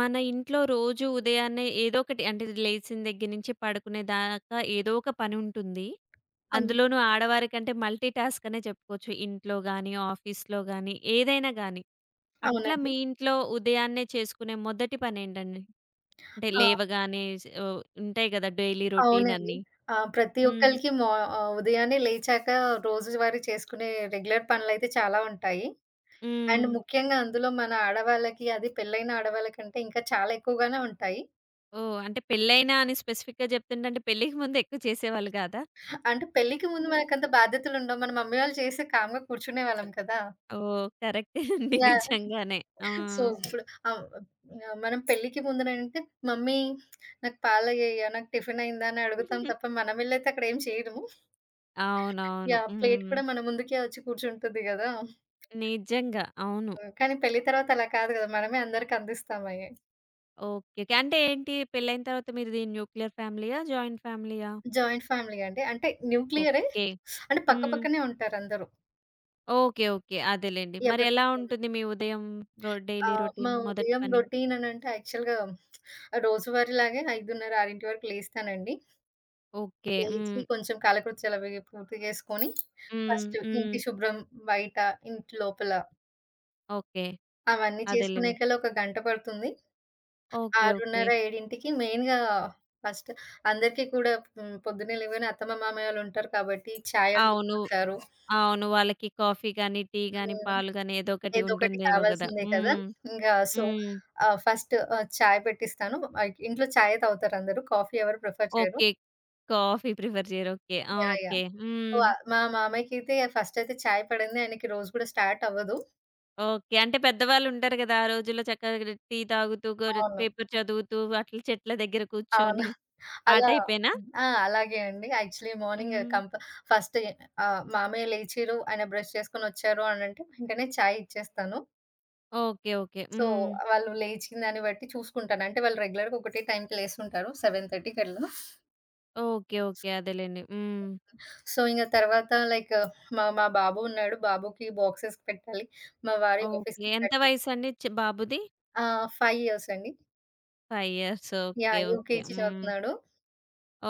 మన ఇంట్లో రోజు ఉదయాన్నే ఏదో ఒకటి అంటే లేచిన దగ్గర నుంచి పడుకునే దాకా ఏదో ఒక పని ఉంటుంది. అవును. అందులోనూ ఆడవారికంటే మల్టీ టాస్క్ అనే చెప్పుకోవచ్చు. ఇంట్లో గాని, ఆఫీస్‌లో గాని, ఏదైనా గాని. అట్లా అవునండి. మీ ఇంట్లో ఉదయాన్నే చేసుకునే మొదటి పనేంటండి? అంటే ఆ! లేవగానే ఉంటాయి కదా! డైలీ రొటీన్ అవునండి. అన్నీ. ఆ! ప్రతి హ్మ్. ఒక్కళ్ళకి ఉదయాన్నే లేచాక రోజువారీ చేసుకునే రెగ్యులర్ పనులైతే చాలా ఉంటాయి. అండ్ హ్మ్. ముఖ్యంగా అందులో మన ఆడవాళ్ళకి, అది పెళ్ళైన ఆడవాళ్ళకంటే ఇంకా చాలా ఎక్కువగానే ఉంటాయి. ఓహ్! అంటే పెళ్లైనా అని స్పెసిఫిక్‌గా చెప్తుంటే అంటే పెళ్ళికి ముందు ఎక్కువ చేసేవాళ్ళు కాదా? అంటే పెళ్ళికి ముందు మనకంత బాధ్యతలుండవు. మన మమ్మీ వాళ్ళు చేస్తే కామ్‌గా కూర్చునేవాళ్ళం కదా! ఓహ్! కరెక్టే అండి. యాహ్! నిజంగానే. ఆ! సో, ఆహ్, మనం పెళ్ళికి ముందునంటే, "మమ్మీ నాకు పాలెయ్యయ్యా, నాకు టిఫినయిందా" అని అడుగుతాం తప్ప మనమెళ్ళైతే అక్కడ ఏం చేయము. అవునవును. యాహ్! ప్లేట్ హ్మ్. కూడా మన ముందుకే వచ్చి కూర్చుంటుంది గదా! నిజంగా. అవును. హ్మ్. కానీ పెళ్లి తర్వాత అలా కాదు గదా! మనమే అందరికి అందిస్తామయి. ఓకే. ఓకే. అంటే ఏంటి పెళ్లయిన తర్వాత మీరిది న్యూక్లియర్ ఫ్యామిలీయా? జాయింట్ ఫ్యామిలీయా? జాయింట్ ఫ్యామిలీ అండి. అంటే న్యూక్లియరే. ఓకే. అంటే పక్క హ్మ్. పక్కనే ఉంటారందరూ. ఓకే. ఓకే. అదేలెండి. మరి ఎవరి ఎలా ఉంటుంది మీ ఉదయం డైలీ మా రొటీన్ మొదటి ఉదయం పని? రొటీన్ అనంటే యాక్చువల్‌గా రోజువారీలాగే 5:30, 6 వరకు లేస్తానండి. ఓకే. లేచి హ్మ్. కొంచెం కాలకృత్యాలు అవి పూర్తి చేసుకొని, హ్మ్. ఫస్ట్ హ్మ్. ఇంటి శుభ్రం, బయట, ఇంటి లోపల ఓకే. అవన్నీ అదేలెండి. చేసుకునేకల్లా ఒక గంట పడుతుంది. ఓకే. ఓకే. 6:30, 7కి మెయిన్‌గా ఫస్ట్ అందరికీ కూడా పొద్దున్నే లేవగానే అత్తమ్మ, మామయ్యోళ్ళుంటారు కాబట్టి చాయ్ అడుగుతూ అవును. ఉంటారు. అవును. వాళ్ళకి కాఫీ గాని, టీ గాని, హ్మ్. పాలు గాని ఏదో ఒకటి ఏదో ఒకటి ఉంటుందేమో గదా! కావాల్సిందే కదా! హ్మ్. ఇంగా సో, హ్మ్. ఫస్ట్ చాయ్ పెట్టిస్తాను. ఇంట్లో చాయే తాగుతారందరూ. కాఫీ ఎవరు ప్రిఫర్ చేయరు. ఓకే. కాఫీ ప్రిఫర్ చేయరు. ఓకే. ఆ! యాహ్! యాహ్! ఓకే. సో, హ్మ్. మా మామయ్యకైతే ఫస్ట్ అయితే చాయ్ పడందే ఆయనకి రోజు కూడా స్టార్ట్ అవ్వదు. ఓకే. అంటే పెద్దవాళ్ళుంటారు గదా! ఆ రోజుల్లో చక్కగా టీ తాగుతూ, గొర్ అవును. పేపర్ చదువుతూ అట్లా చెట్ల దగ్గర అవును. కూర్చొని ఆ అలా టైపేనా? ఆ! అలాగే అండి. యాక్చువల్లీ మార్నింగ్ హ్మ్. కంప ఫస్ట్ మామయ్య లేచిర్రు, ఆయన బ్రష్ చేసుకొనొచ్చారు అనంటే వెంటనే చాయ్ ఇచ్చేస్తాను. ఓకే. ఓకే. సో, హ్మ్. వాళ్ళు లేచిన దాన్ని బట్టి చూసుకుంటాను. అంటే వాళ్ళు రెగ్యులర్‌గా ఒకటే టైంకి లేస్తుంటారు 7:30కి అట్లా. ఓకే. ఓకే. అదేలెండి. హ్మ్. సో, ఇంక తర్వాత లైక్ మా మా బాబు ఉన్నాడు. బాబుకి బాక్సెస్ పెట్టాలి. మా వారి ఓకే. ఆఫీస్‌కి ఎంత కట్టాలి. వయసండి బాబుది? ఆ! 5 ఇయర్స్ అండి. 5 years. Okay. Yeah! Okay. UKG హ్మ్. చదువుతున్నాడు.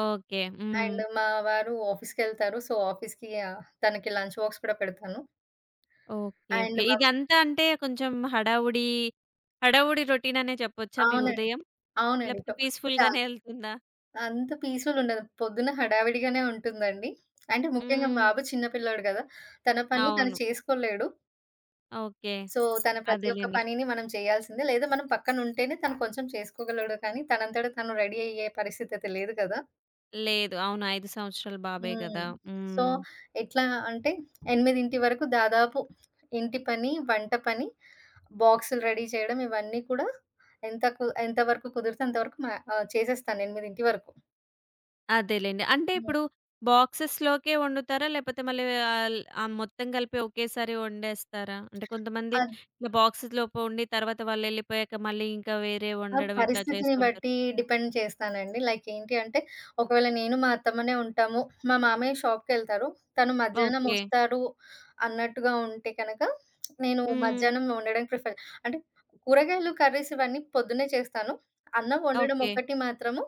ఓకే. హ్మ్. అండ్ మా వారు ఆఫీస్‌కెళ్తారు. సో, ఆఫీస్‌కి తనకి లంచ్ బాక్స్ కూడా పెడతాను. ఓకే. And okay. మా ఇదంతా అంటే కొంచెం హడావుడి, హడావుడి రొటీననే చెప్పొచ్చా మీ అవునండి. ఉదయం? అవునండి. లేపోతే చాల్ పీస్‌ఫుల్‌గానే ఎళ్తుందా? అంత పీస్‌ఫుల్ ఉండదు. పొద్దున హడావిడిగానే ఉంటుందండి. అంటే ముఖ్యంగా మా హ్మ్. బాబు చిన్న పిల్లోడు గదా! తన పనులు తను అవును. చేసుకోలేడు. ఓకే. సో, తన ప్రతి ఒక్క అదేలెండి. పనిని మనం చేయాల్సిందే. లేదా మనం పక్కన ఉంటేనే తను కొంచెం చేసుకోగలడు. కానీ తనంతట తను రెడీ అయ్యే పరిస్థితి అయితే లేదు కదా! లేదు. అవును. 5 సంవత్సరాల బాబే హ్మ్. గదా! సో, హ్మ్. ఎట్లా అంటే 8కి వరకు దాదాపు ఇంటి పని, వంట పని, బాక్సులు రెడీ చేయడం ఇవన్నీ కూడా ఎంత వరకు కుదిరితే అంతవరకు చేసేస్తాను 8 వరకు. అదేలెండి. అంటే హ్మ్. ఇప్పుడు బాక్సెస్‌లోకే వండుతారా? లేపోతే మళ్ళీ మొత్తం కలిపి ఒకేసారి వండేస్తారా? అంటే కొంతమంది అద్ ఇట్లా బాక్సెస్‌లోపు వండి తర్వాత వాళ్ళెళ్ళిపోయాక మళ్ళీ ఇంకా వేరే ఆ! వండడం ఇట్లా పరిస్థితిని చేస్తుంటారు. బట్టి డిపెండ్ చేస్తానండి. లైక్ ఏంటి అంటే, ఒకవేళ నేను మా అత్తమ్మనే ఉంటాము. మా మామయ్య షాప్‌కెళ్తారు. తను మధ్యాహ్నం ఓకే. వస్తాడు అన్నట్టుగా ఉంటే కనక, నేను హ్మ్. మధ్యాహ్నం వండడానికి ప్రిఫర్. అంటే కూరగాయలు, కర్రీస్ ఇవన్నీ పొద్దున్నే చేస్తాను. అన్నం వండడం ఓకే. ఒక్కటి మాత్రము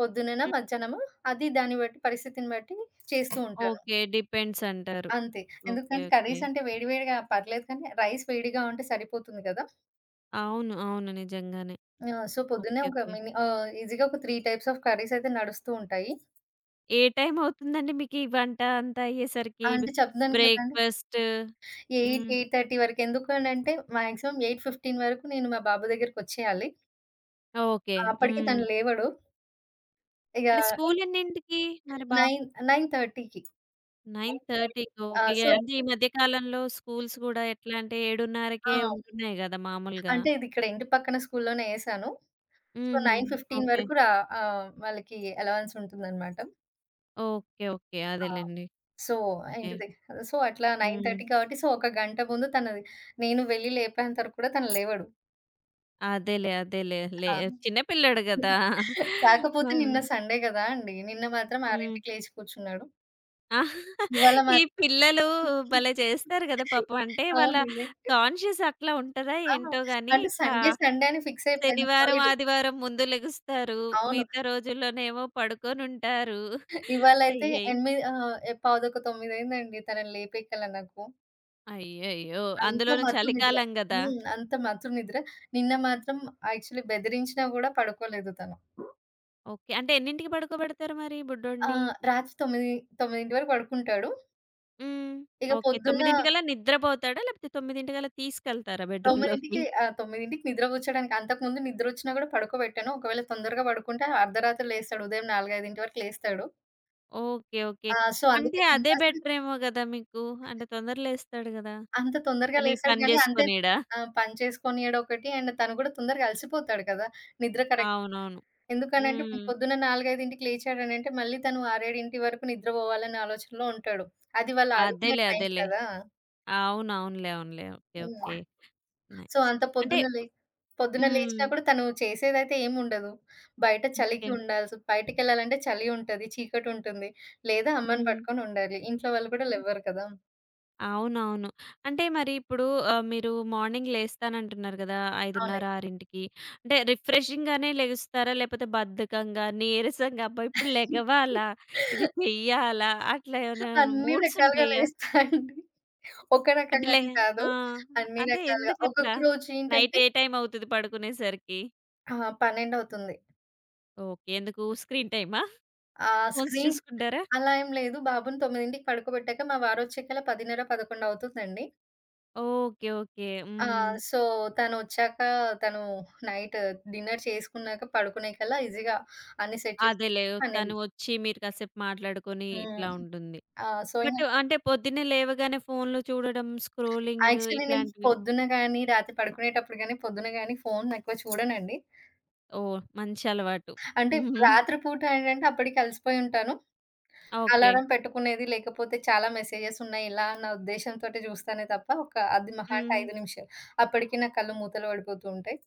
పొద్దునేనా, హ్మ్. మధ్యాహ్నమా దాన్ని బట్టి పరిస్థితిని బట్టి చేస్తూ ఉంటాను. ఓకే. డిపెండ్స్ అంటారు. అంతే. ఓకే. ఎందుకంటే ఓకే. కర్రీస్ అంటే వేడి వేడిగా పర్లేదు కానీ, రైస్ వేడిగా ఉంటే సరిపోతుంది కదా! అవును. అవును. నిజంగానే. ఆ! సో, పొద్దున్నే ఓకే. ఓకే. ఈజీగా ఒక 3 టైప్స్ ఆఫ్ కర్రీస్ అయితే నడుస్తూ ఉంటాయి. ఏ టైం అవుతుందండి మీకీ వంట అంతా అయ్యేసరికి? అంటే చెప్తున్నాను కదండీ. బ్రేక్‌ఫాస్ట్? 8, హ్మ్. 8:30 వరకు ఎందుకనంటే మాక్సిమం 8:15 వరకు నేను మా బాబు దగ్గరికొచ్చేయాలి. ఓకే. అప్పటికి హ్మ్. తను లేవడు. ఇగ అంటే స్కూల్ ఎన్నింటికి మరి బాబు? 9, 9:30కి 9:30కి ఆ! ఓకే. సో అంటే ఈ మధ్య కాలంలో స్కూల్స్ గూడా ఎట్లా అంటే ఆ! 7:30కే ఉంటున్నాయి గదా! మామూలుగా. అంటే ఇది ఇక్కడ ఇంటి పక్కన స్కూల్లోనే ఏశాను. సో, హుహు. 9:15 ఓకే. వరకు వాళ్ళకి అలవెన్స్ ఉంటుందనమాట. ఓకే. ఓకే. ఆ! అదేలెండి. So, okay. ఏంటిది సో, అట్లా హ్మ్. 9:30 కాబట్టి సో, ఒక గంట ముందు నేను వెళ్లి లేపేంత వరకు కూడా తను లేవడు. అదేలే. అదేలే. ఆ! చిన్న పిల్లోడు గదా! ఆ! కాకపోతే నిన్న సండే గదా అండీ! నిన్న మాత్రం హ్మ్. 6కి లేచి కూర్చున్నాడు. ఇవాళ ఈ మాత్రం పిల్లలు భలే చేస్తారు గదా! పాపం. అంటే వాళ్ళ అవునండి. కాన్షియస్ అట్లా ఉంటదా ఆ! ఏంటో గాని అంటే ఇట్లా సండే, సండే అని ఫిక్స్ అయిపోయాను శనివారం, హాలిడే. ఆదివారం ముందు లెగుస్తారు. అవును. మిగతా రోజుల్లోనేమో పడుకొనుంటారు. ఇవాళైతే అయ్యయ్యో! 8, పావుతక్కువ 9 అయిందండి తనని లేపేకల నాకు. అయ్యయ్యో! అంత అందులోనూ మత్తు నిద్ర. చలికాలం గదా! హ్మ్. అంత మత్తు నిద్ర. నిన్న మాత్రం యాక్చువల్లీ బెదిరించినా గూడా పడుకోలేదు తను. ఓకే. అంటే ఎన్నింటికి పడుకోబెడతారు మరి ఆ! బుడ్డోడిని? రాత్రి 9, 9 వరకు పడుకుంటాడు. హ్మ్. ఇగ ఓకే. పొద్దున్న 9:00కల్లా నిద్రపోతాడా? లేకపోతే 9:00కల్లా తీసుకెళ్తారా బెడ్‌రూమ్‌లోకి? 9కి 9కి నిద్ర కూర్చోడానికి అంతకుముందు నిద్రొచ్చినా గూడా పడుకోబెట్టాను. ఒకవేళ తొందరగా పడుకుంటే అర్ధరాత్రి లేస్తాడు. ఉదయం 4, 5 వరకు లేస్తాడు. ఓకే. ఓకే. సో, అందుకే అంటే అదే కంపల్సరీ. బెటరేమో గదా మీకు. అంటే తొందర లేస్తాడు గదా! అంత తొందరగా తను ఈ లేస్తాడు పని గానీ అంతే. జేసుకొనీడా? ఆ! పని చేసుకొనియడం ఒకటి అండ్ తను గూడా తొందరగా అలసిపోతాడు కదా! నిద్ర కరెక్ట్. అవునవును. ఎందుకనంటే హ్మ్. పొద్దున్న 4, 5కి లేచాడనంటే మళ్ళీ తను 6, 7 వరకు నిద్రపోవాలనే ఆలోచనలో ఉంటాడు. అది వాళ్ళు ఆడుకునే అదేలే. టైం అదేలే. కదా! అవునవునులే. అవునులే. ఓకే. హ్మ్. ఓకే. So, nice. అంత అంటే పొద్దున లే పొద్దున హ్మ్. లేచినా కూడా తను చేసేదైతే ఏముండదు. బయట చలికి ఓకే. బయటికెళ్ళాలంటే చలి ఉంటది, చీకటుంటుంది. లేదా అమ్మని హ్మ్. పట్టుకొని ఉండాలి. ఇంట్లో వాళ్ళు కూడా లెవ్వరు కదా! అవునవును. అంటే మరి ఇప్పుడు మీరు మార్నింగ్ లేస్తానంటున్నారు గదా! 5:30, అవునండి. 6కి అంటే రిఫ్రెషింగ్‌గానే లెగుస్తారా? లేపోతే బద్ధకంగా, నీరసంగా అబ్బా! ఇప్పుడు లెగవాలా, ఇది చెయ్యాలా అట్లా ఏమైనా అన్ని మూడ్స్ రకాలుగా ఉంటాయా? లేస్తా అండి. ఒక అంటే రకంగానే కాదు. ఆ! అన్ని అంటే రకాలుగా. ఎందుకట్లా? ఒక్కొక్క రోజు నైట్ ఏంటంటే ఏ టైమ్ అవుతది పడుకునేసరికి? ఆ! 12 అవుతుంది. ఓకే. ఎందుకు స్క్రీన్ టైమా? ఆ ఫోన్స్ స్క్రీన్ చూసుకుంటారా? అలా ఏం లేదు. బాబుని 9కి పడుకోబెట్టాక మా వారొచ్చేకల్లా 10:30, 11 అవుతుందండి. ఓకే. ఓకే. ఆ! హ్మ్. సో, తనొచ్చాక తను నైట్ డిన్నర్ చేసుకున్నాక పడుకునే కల్లా ఈజీగా అన్నీ సెట్ చేసి అదేలే. తను పనైంది. వచ్చి మీరు కాసేపు మాట్లాడుకొని హ్మ్. ఇట్లా ఉంటుంది. ఆ! సో, ఇంగ బట్ అంటే పొద్దున్నే లేవగానే ఫోన్‌లు చూడడం, స్క్రోలింగ్ యాక్చువల్లీ నేను ఇట్లాంటివి పొద్దున్న గానీ, రాత్రి పడుకునేటప్పుడు గానీ, పొద్దున గానీ ఫోన్ ఎక్కువ చూడనండి. ఓహ్! మంచి అలవాటు. అంటే హుహు. రాత్రి పూట ఏంటంటే అప్పటికి అలసిపోయి ఉంటాను. ఓకే. అలారం పెట్టుకునేది, లేకపోతే చాలా మెసేజెస్ ఉన్నాయి ఇలా అన్న ఉద్దేశంతోటి చూస్తానే తప్ప, ఒక అది మహా అంటే హ్మ్. 5 నిమిషాలు. అప్పటికి నా కళ్ళు మూతలు పడిపోతూ ఉంటాయి.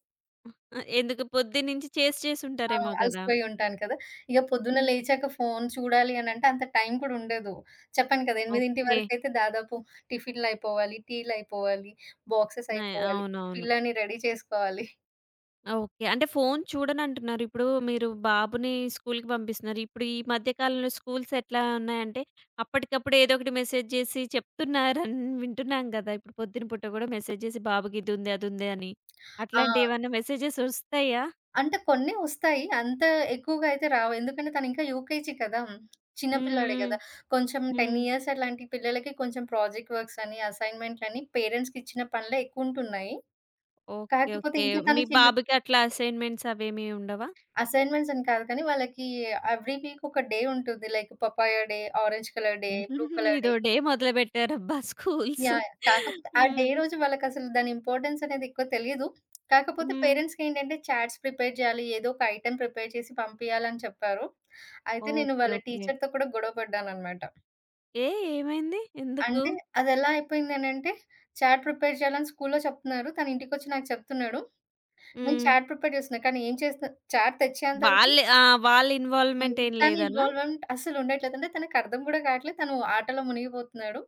ఆ! ఎందుకు పొద్దున్నుంచి చేసి చేసి ఆ! ఉంటారేమో గదా! అలసిపోయి ఉంటాను కదా! ఇక పొద్దున్న హ్మ్. లేచాక ఫోను చూడాలి అనంటే అంత టైం కూడా ఉండదు. చెప్పాను కదా! 8 ఓకే. వరకైతే దాదాపు టిఫిన్‌లయిపోవాలి, టీలయిపోవాలి, బాక్సెస్ న అయిపోవాలి, అవునవును. పిల్లని రెడీ చేసుకోవాలి. ఓకే. అంటే ఫోను చూడనంటున్నారు. ఇప్పుడు మీరు బాబుని స్కూలుకి పంపిస్తున్నారు. ఇప్పుడు ఈ మధ్య కాలంలో స్కూల్స్ ఎట్లా ఉన్నాయంటే, అప్పటికప్పుడు ఏదో ఒకటి మెసేజ్ జేసి చెప్తున్నారని వింటున్నాం గదా! ఇప్పుడు పొద్దున పూట గూడా మెసేజ్ జేసి బాబుకి ఇదుంది, అదుంది అని. ఆ! అట్లాంటియేమన్నా మెసేజెస్ ఒస్తాయా? అంటే కొన్నే వస్తాయి. అంత ఎక్కువగా అయితే రావు. ఎందుకంటే తనింకా యూకేజీ కదా! చిన్న పిల్లాడే హ్మ్. కదా! కొంచెం హ్మ్. 10 హ్మ్. ఇయర్స్ అట్లాంటి పిల్లలకి కొంచెం ప్రాజెక్ట్ వర్క్స్ అని, అసైన్‌మెంట్లని పేరెంట్స్‌కిచ్చిన పనులే ఎక్కువుంటున్నాయి. ఓకే. కాకపోతే ఓకే. ఇంకా మీ తను చిన్న. బాబుకి అట్లా అసైన్‌మెంట్స్ అవేమీ ఉండవా? అసైన్‌మెంట్స్ అని కాదు కానీ, వాళ్ళకి ఎవ్రీ వీక్ ఒక డే ఉంటుంది. Like papaya day, orange colour day, blue ఉహుహు, కలర్ డే. ఇదో డే మొదలుబెట్టారబ్బా స్కూల్స్. యాహ్! కాకపోతే ఆ డే హ్మ్. రోజు వాళ్ళకసలు దాని ఇంపార్టెన్స్ అనేది ఎక్కువ తెలీదు. కాకపోతే హ్మ్. పేరెంట్స్‌కేంటంటే చాట్స్ ప్రిపేర్ చేయాలి. ఏదో ఒక ఐటెమ్ ప్రిపేర్ చేసి పంపియాలని చెప్పారు. అయితే నేను ఓకే. వాళ్ళ ఓకే. టీచర్‌తో కూడా గొడవ పడ్డాననమాట. ఏ ఏమైంది? ఎందుకు? అంటే అదెలా అయిపోయిందనంటే, చాట్ ప్రిపేర్ చేయాలని స్కూల్‌లో చెప్తున్నారు. తను ఇంటికొచ్చి నాకు చెప్తున్నాడు. నేను హ్మ్. చాట్ ప్రిపేర్ చేస్తున్నా. కానీ ఏం చేస్తున్నా చాట్ తెచ్చేంత వరకు. వాళ్ళే ఆ! వాళ్ళ హ్మ్. ఇన్వాల్వ్‌మెంట్ ఏం తను లేదనా? ఇన్వాల్వ్‌మెంట్ అస్సలుండట్లేదు. అంటే తనకర్థం గూడా కావట్లేదు. తను ఆటలో మునిగిపోతున్నాడు.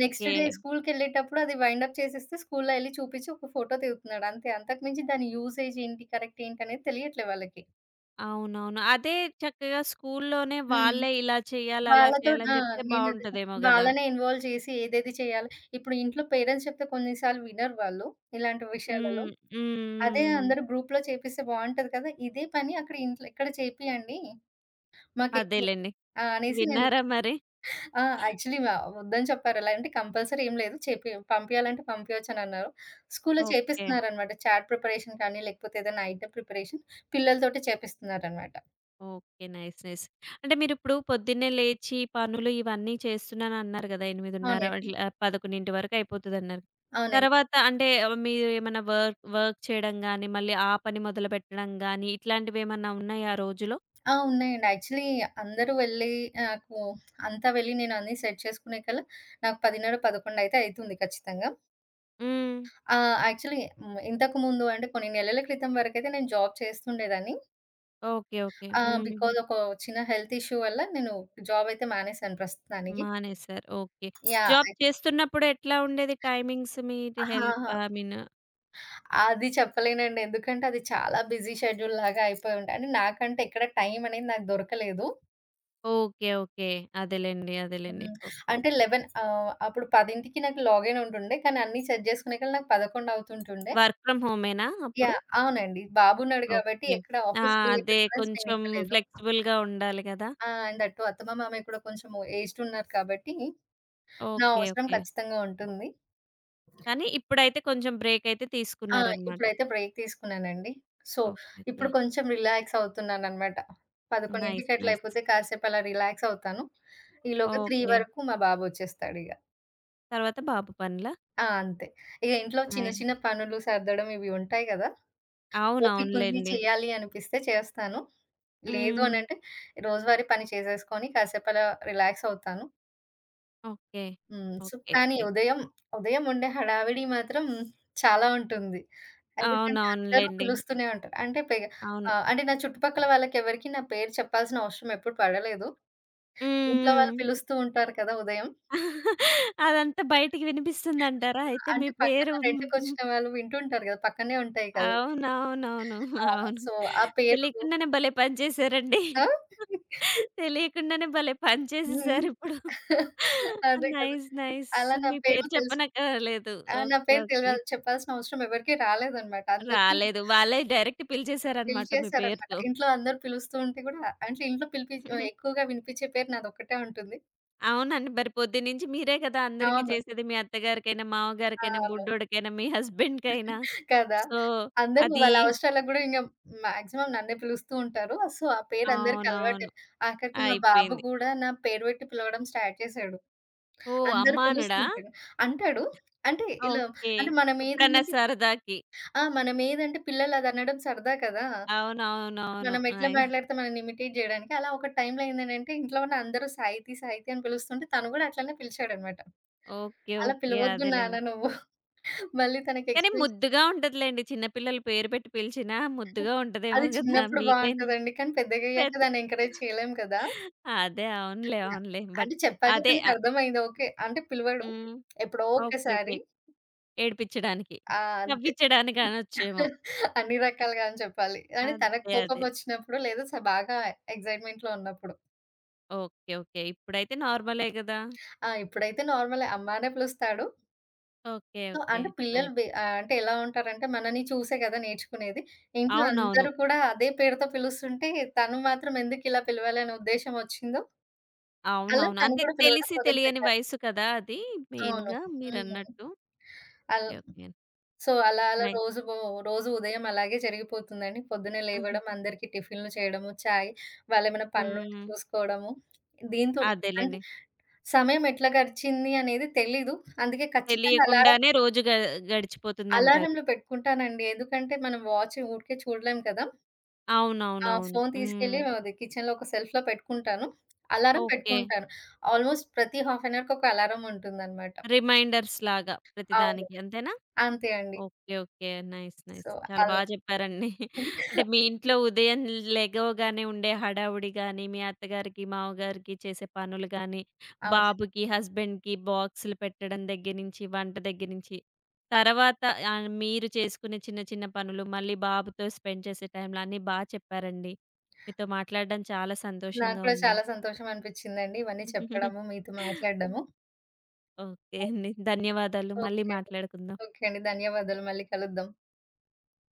నెక్స్ట్ డే స్కూలుకెళ్ళేటప్పుడు అది వైండ్ అప్ చేసేస్తే స్కూల్లో ఎళ్లి చూపించి ఒక ఫోటో దిగుతున్నాడు అంతే. అంతకు మించి దాని యూసేజ్ ఏంటి? కరెక్ట్ ఏంటనేది తెలియట్లే వాళ్ళకి. అవునవును. అదే చక్కగా స్కూల్లోనే హ్మ్. వాళ్ళే ఇలా చేయాలి, అలా వాళ్ళతో ఆ! చేయాలని చెప్తే నేనదే బావుంటదేమో చెప్తున్నా. గదా! వాళ్ళనే ఇన్వాల్వ్ చేసి ఏదేది చేయాలి. ఇప్పుడు ఇంట్లో పేరెంట్స్ చెప్తే కొన్ని సార్లు వినరు వాళ్ళు ఇలాంటి విషయాలలో. హ్మ్. హ్మ్. అదే హ్మ్. అందరూ గ్రూప్‌లో చేపిస్తే బావుంటది కదా! ఇదే పని అక్కడ ఇంట్లో ఇక్కడ చేపియండి. మాకెక్కువ అదేలెండి. ఆ! అనేసి నేను. విన్నారా మరి? ఆ! యాక్చువల్లీ వద్దని చెప్పారు. ఎలా అంటే కంపల్సరీ ఏం లేదు. చెప్పి పంపియాలంటే పంపియొచ్చనన్నారు. స్కూల్‌లో ఓకే. చేపిస్తున్నారనమాట. చాట్ ప్రిపరేషన్ కానీ, లేకపోతే ఏదైనా ఐటెమ్ ప్రిపరేషన్ పిల్లలతోటి చేపిస్తున్నారనమాట. ఓకే. నైస్. నైస్. అంటే మీరిప్పుడు పొద్దున్నే లేచి పనులు ఇవన్నీ చేస్తున్నానన్నారు గదా! 8:30 అవునండి. అట్లా 11 వరకు అయిపోతదన్నారు. అవునండి. తర్వాత అంటే మీరు ఏమన్నా వర్క్ వర్క్ చేయడం గాని, మళ్ళీ ఆ పని మొదలుపెట్టడం గాని ఇట్లాంటివేమన్నా ఉన్నాయా ఆ రోజులో? ఆ! ఉన్నాయండి. యాక్చువల్లీ అందరూ వెళ్ళి నాకు అంతా వెళ్ళి నేను అన్నీ సెట్ చేసుకునే కల్లా నాకు 10:30, 11 అయితే అయితుంది ఖచ్చితంగా. హ్మ్. యాక్చువల్లీ ఇంతకుముందు అంటే కొన్ని నెలల క్రితం వరకైతే నేను జాబ్ చేస్తుండేదాన్ని. ఓకే. ఓకే. హ్మ్. బికాజ్ ఒక చిన్న హెల్త్ ఇష్యూ వల్ల నేను జాబ్ అయితే మానేశాను ప్రస్తుతానికి. మానేసారు. ఓకే. Job yeah! చేస్తున్నప్పుడు ఎట్లా ఉండేది టైమింగ్స్ మీది హెల్త్ ఆహాహా! ఐ మీన్ అది చెప్పలేనండి. ఎందుకంటే అది చాలా బిజీ షెడ్యూల్ లాగా అయిపోయి ఉండే. అంటే నాకంటే ఎక్కడ టైం అనేది నాకు దొరకలేదు. ఓకే. ఓకే. అదేలెండి. అదేలెండి. హ్మ్. ఓకే. అంటే ఓకే. అప్పుడు 10కి నాకు లాగిన్ ఉంటుండే. కానీ అన్నీ సెట్ చేసుకునేకల్లా నాకు 11 అవుతుంటుండే. వర్క్ ఫ్రమ్ హోమేనా అప్పుడు? యాహ్! అవునండి. బాబున్నాడు కాబట్టి ఓకే. ఎక్కడ ఆ! ఆఫీస్‌కెళ్ళేకి అదే కూడా కొంచెం నేనివ్వలేదు. ఫ్లెక్సిబుల్‌గా ఉండాలి గదా! ఆ! అండ్ అటు అత్తమ్మ, మామయ్య కూడా కొంచెం ఏజ్డ్ ఉన్నారు కాబట్టి నా ఓకే. అవసరం ఓకే. ఖచ్చితంగా ఉంటుంది. కానీ ఇప్పుడైతే కొంచెం బ్రేక్ అయితే ఆ! తీసుకున్నారనమాట. ఇప్పుడైతే బ్రేక్ తీసుకున్నానండి. So, okay. ఓకే. ఇప్పుడు కొంచెం రిలాక్స్ అవుతున్నాననమాట. 11కి నైస్. అట్లా నైస్. అయిపోతే కాసేపు అలా రిలాక్స్ అవుతాను. ఈలోగా 3 ఓకే. వరకు మా బాబొచ్చేస్తాడిగ. తర్వాత బాబు పనులా? ఆ! అంతే. ఇగ ఇంట్లో చిన్న నై చిన్న పనులు సర్దడం ఇవి ఉంటాయి గదా! ఓపికుంది అవునవునులెండి. చేయాలి అనిపిస్తే చేస్తాను. లేదు హ్మ్. అనంటే రోజువారీ పని చేసేసుకొని కాసేపు అలా రిలాక్స్ అవుతాను. ఓకే. హ్మ్. So, okay. కానీ ఓకే. ఉదయం ఉండే హడావిడి మాత్రం చాలా ఉంటుంది. ఎందుకంటే అందరూ అవునవునులెండి. పిలుస్తూనే ఉంటారు. అంటే అవును. అంటే నా చుట్టుపక్కల వాళ్ళకెవరికీ నా పేరు చెప్పాల్సిన అవసరం ఎప్పుడు పడలేదు. ఇంట్లో వాళ్ళు హ్మ్. హ్మ్. పిలుస్తూ ఉంటారు కదా! ఉదయం. అదంతా బయటికి వినిపిస్తుందంటారా? అయితే మీ అంటే పక్కన పేరు హ్మ్. రెంట్‌కొచ్చిన వాళ్ళు వింటుంటారు కదా! పక్కనే ఉంటాయి కదా! అవునవునవును. ఆ! అవును. సో, ఆ పేరు. తెలియకుండానే భలే పని చేశారండి. ఆ? తెలియకుండానే భలే పని హ్మ్. చేసేసారిప్పుడు. అదే కదా! నైస్. నైస్. అలా నా మీ పేరు పేరు తెలుసు. చెప్పనక్కరలేదు. ఆ! నా ఓకే. పేరు ఓకే. చెప్పాల్సిన అవసరం ఎవరికీ రాలేదనమాట. అందరికీ రాలేదు. వాళ్ళే డైరెక్ట్ పిలిచేసారనమాట మీ పిలిచేసారనమాట. పేరుతో. ఇంట్లో అందరూ పిలుస్తూ ఉంటే గూడా అంటే ఇంట్లో ఎక్కువగా వినిపించే పేరు నాదొక్కటే ఉంటుంది. అవునండి. మరి పొద్దున్నుంచి మీరే కదా అందరికీ అవును. చేసేది. మీ అత్తగారికైనా, ఆ! మామగారికైనా, అవును. బుడ్డోడికైనా, మీ హస్బెండ్‌కైనా. కదా! సో, అందరూ అది వాళ్ళ అవసరాలకు గూడా ఇంగ మాక్సిమం నన్నే పిలుస్తూ ఉంటారు. సో, ఆ పేరు అందరికి అలవాటే. అవునవును. ఆఖరికి మా బాబు అయిపోయింది. గూడా నా పేరు పెట్టి పిలవడం స్టార్ట్ చేశాడు. ఓహ్! అందరూ ఓకే. అమ్మానుడా? పిలుస్తుంటాడు. అంటాడు. అంటే ఇలా ఓకే. అంటే ఎప్పుడన్నా మనమేదంటే సరదాకి. ఆ! మనమేదంటే పిల్లలు అదనడం సరదా కదా! అవునవునవును. మనం ఎట్లా అయ్ మాట్లాడితే మనల్ని ఇమిటేట్ జేయడానికి. అలా ఒక టైంలో ఏందనంటే ఇంట్లో ఉన్న అందరూ సాహితీ, సాహితీ అని పిలుస్తుంటే తను గూడా అట్లనే పిలిచాడనమాట. ఓకే. అలా ఓకే. పిలవద్దు నాన్న అదేలెండి. నువ్వు. మళ్ళీ తనకి కానీ ఎక్స్‌ప్లెయిన్. ముద్దుగా ఉంటదిలెండి. చిన్న పిల్లలు పేరు పెట్టి పిలిచినా ముద్దుగా ఉంటదేమో అది గదా! చిన్నప్పుడు మీకైనా బావుంటదండి. కానీ పెద్ద పెద్దగయ్యాక దాన్ని ఎంకరేజ్ చేయలేం కదా! అదే. అవునులే. యాహ్! అవునులే. బట్ అంటే చెప్పాక అదే. తనకర్థమైంది. ఓకే. అంటే పిలవడు. హ్మ్. ఎప్పుడో ఓకే. ఒక్కసారి. ఓకే. ఏడిపిచ్చడానికి. ఆ! అంతే. నవ్విచ్చడానికి అనొచ్చేమో. అన్ని రకాలుగా అని చెప్పాలి. అంటే తనకు అదే. అదే. కోపమొచ్చినప్పుడు లేదా బాగా ఎక్సైట్‌మెంట్‌లో ఉన్నప్పుడు. ఓకే. ఓకే. ఇప్పుడైతే నార్మలే గదా! ఆ! ఇప్పుడైతే నార్మలే అమ్మ అనే పిలుస్తాడు. ఓకే. So, okay. అంటే పిల్లలు నైస్. అంటే ఎలా ఉంటారంటే మనని చూసే కదా నేర్చుకునేది. ఇంట్లో అవునవును. అందరూ కూడా అదే పేరుతో పిలుస్తుంటే తను మాత్రం ఎందుకు ఇలా పిలవాలి అనే ఉద్దేశ్యం వచ్చిందో, అలా అవునవును. తను అంటే కూడా పిలవడం తెలిసి తెలియని మొదలుపెట్టారు. వయసు కదా! అది అవును. మెయిన్‌గా హ్మ్. మీరన్నట్టు. అల్ ఓకే. ఓకే. సో, అలా అలా నైస్. రోజు ఉదయం అలాగే జరిగిపోతుందండి. పొద్దున్నే ఆహా! లేవడం, అందరికీ టిఫిన్‌లు చేయడము, చాయ్, వాళ్ళేమైనా పనులుంటే హ్మ్. చూసుకోవడము. దీంతోనే అంటే అదేలెండి. సమయం ఎట్లా గడిచింది అనేది తెలీదు. అందుకే ఖచ్చితంగా అలారం తెలియకుండానే రోజు గడిచిపోతుందంటారు. అలారంలు పెట్టుకుంటానండి. ఎందుకంటే మనం వాచ్ ఊరికే చూడలేం కదా! ఆ అవునవునవును. ఫోను హ్మ్. తీసుకెళ్ళి అది కిచెన్‌లో ఒక సెల్ఫ్‌లో పెట్టుకుంటాను. Alarm okay. పెట్టుకుంటాను. ఆల్‌మోస్ట్ ప్రతి హాఫ్ అన్ అవర్‌కి ఒక అలారం ఉంటుందనమాట. రిమైండర్స్‌లాగా అవును. ప్రతిదానికి అంతేనా? అంతే అండి. Okay. Okay. Nice. Nice. So, చాలా అలా చెప్పారండి. అంటే మీ ఇంట్లో ఉదయం లెగవగానే ఉండే హడావుడి గాని, మీ అత్తగారికి, మామగారికి చేసే పనులు గాని, అవును. బాబుకి, హస్బెండ్‌కి బాక్సులు పెట్టడం దగ్గర నుంచి, వంట దగ్గర నుంచి, తర్వాత మీరు చేసుకునే చిన్న చిన్న పనులు, మళ్ళీ బాబుతో స్పెండ్ చేసే టైంలో అన్నీ చెప్పారండి. మీతో మాట్లాడడం చాలా నాకు సంతోషంగా కూడా ఉంది. చాలా సంతోషం అనిపిచ్చిందండి. ఇవన్నీ చెప్పడము, మీతో మాట్లాడడము. ఓకే అండి. ధన్యవాదాలు. మళ్ళీ ఓకే అండి. మాట్లాడుకుందాం. ఓకే అండి. ధన్యవాదాలు. మళ్ళీ కలుద్దాం.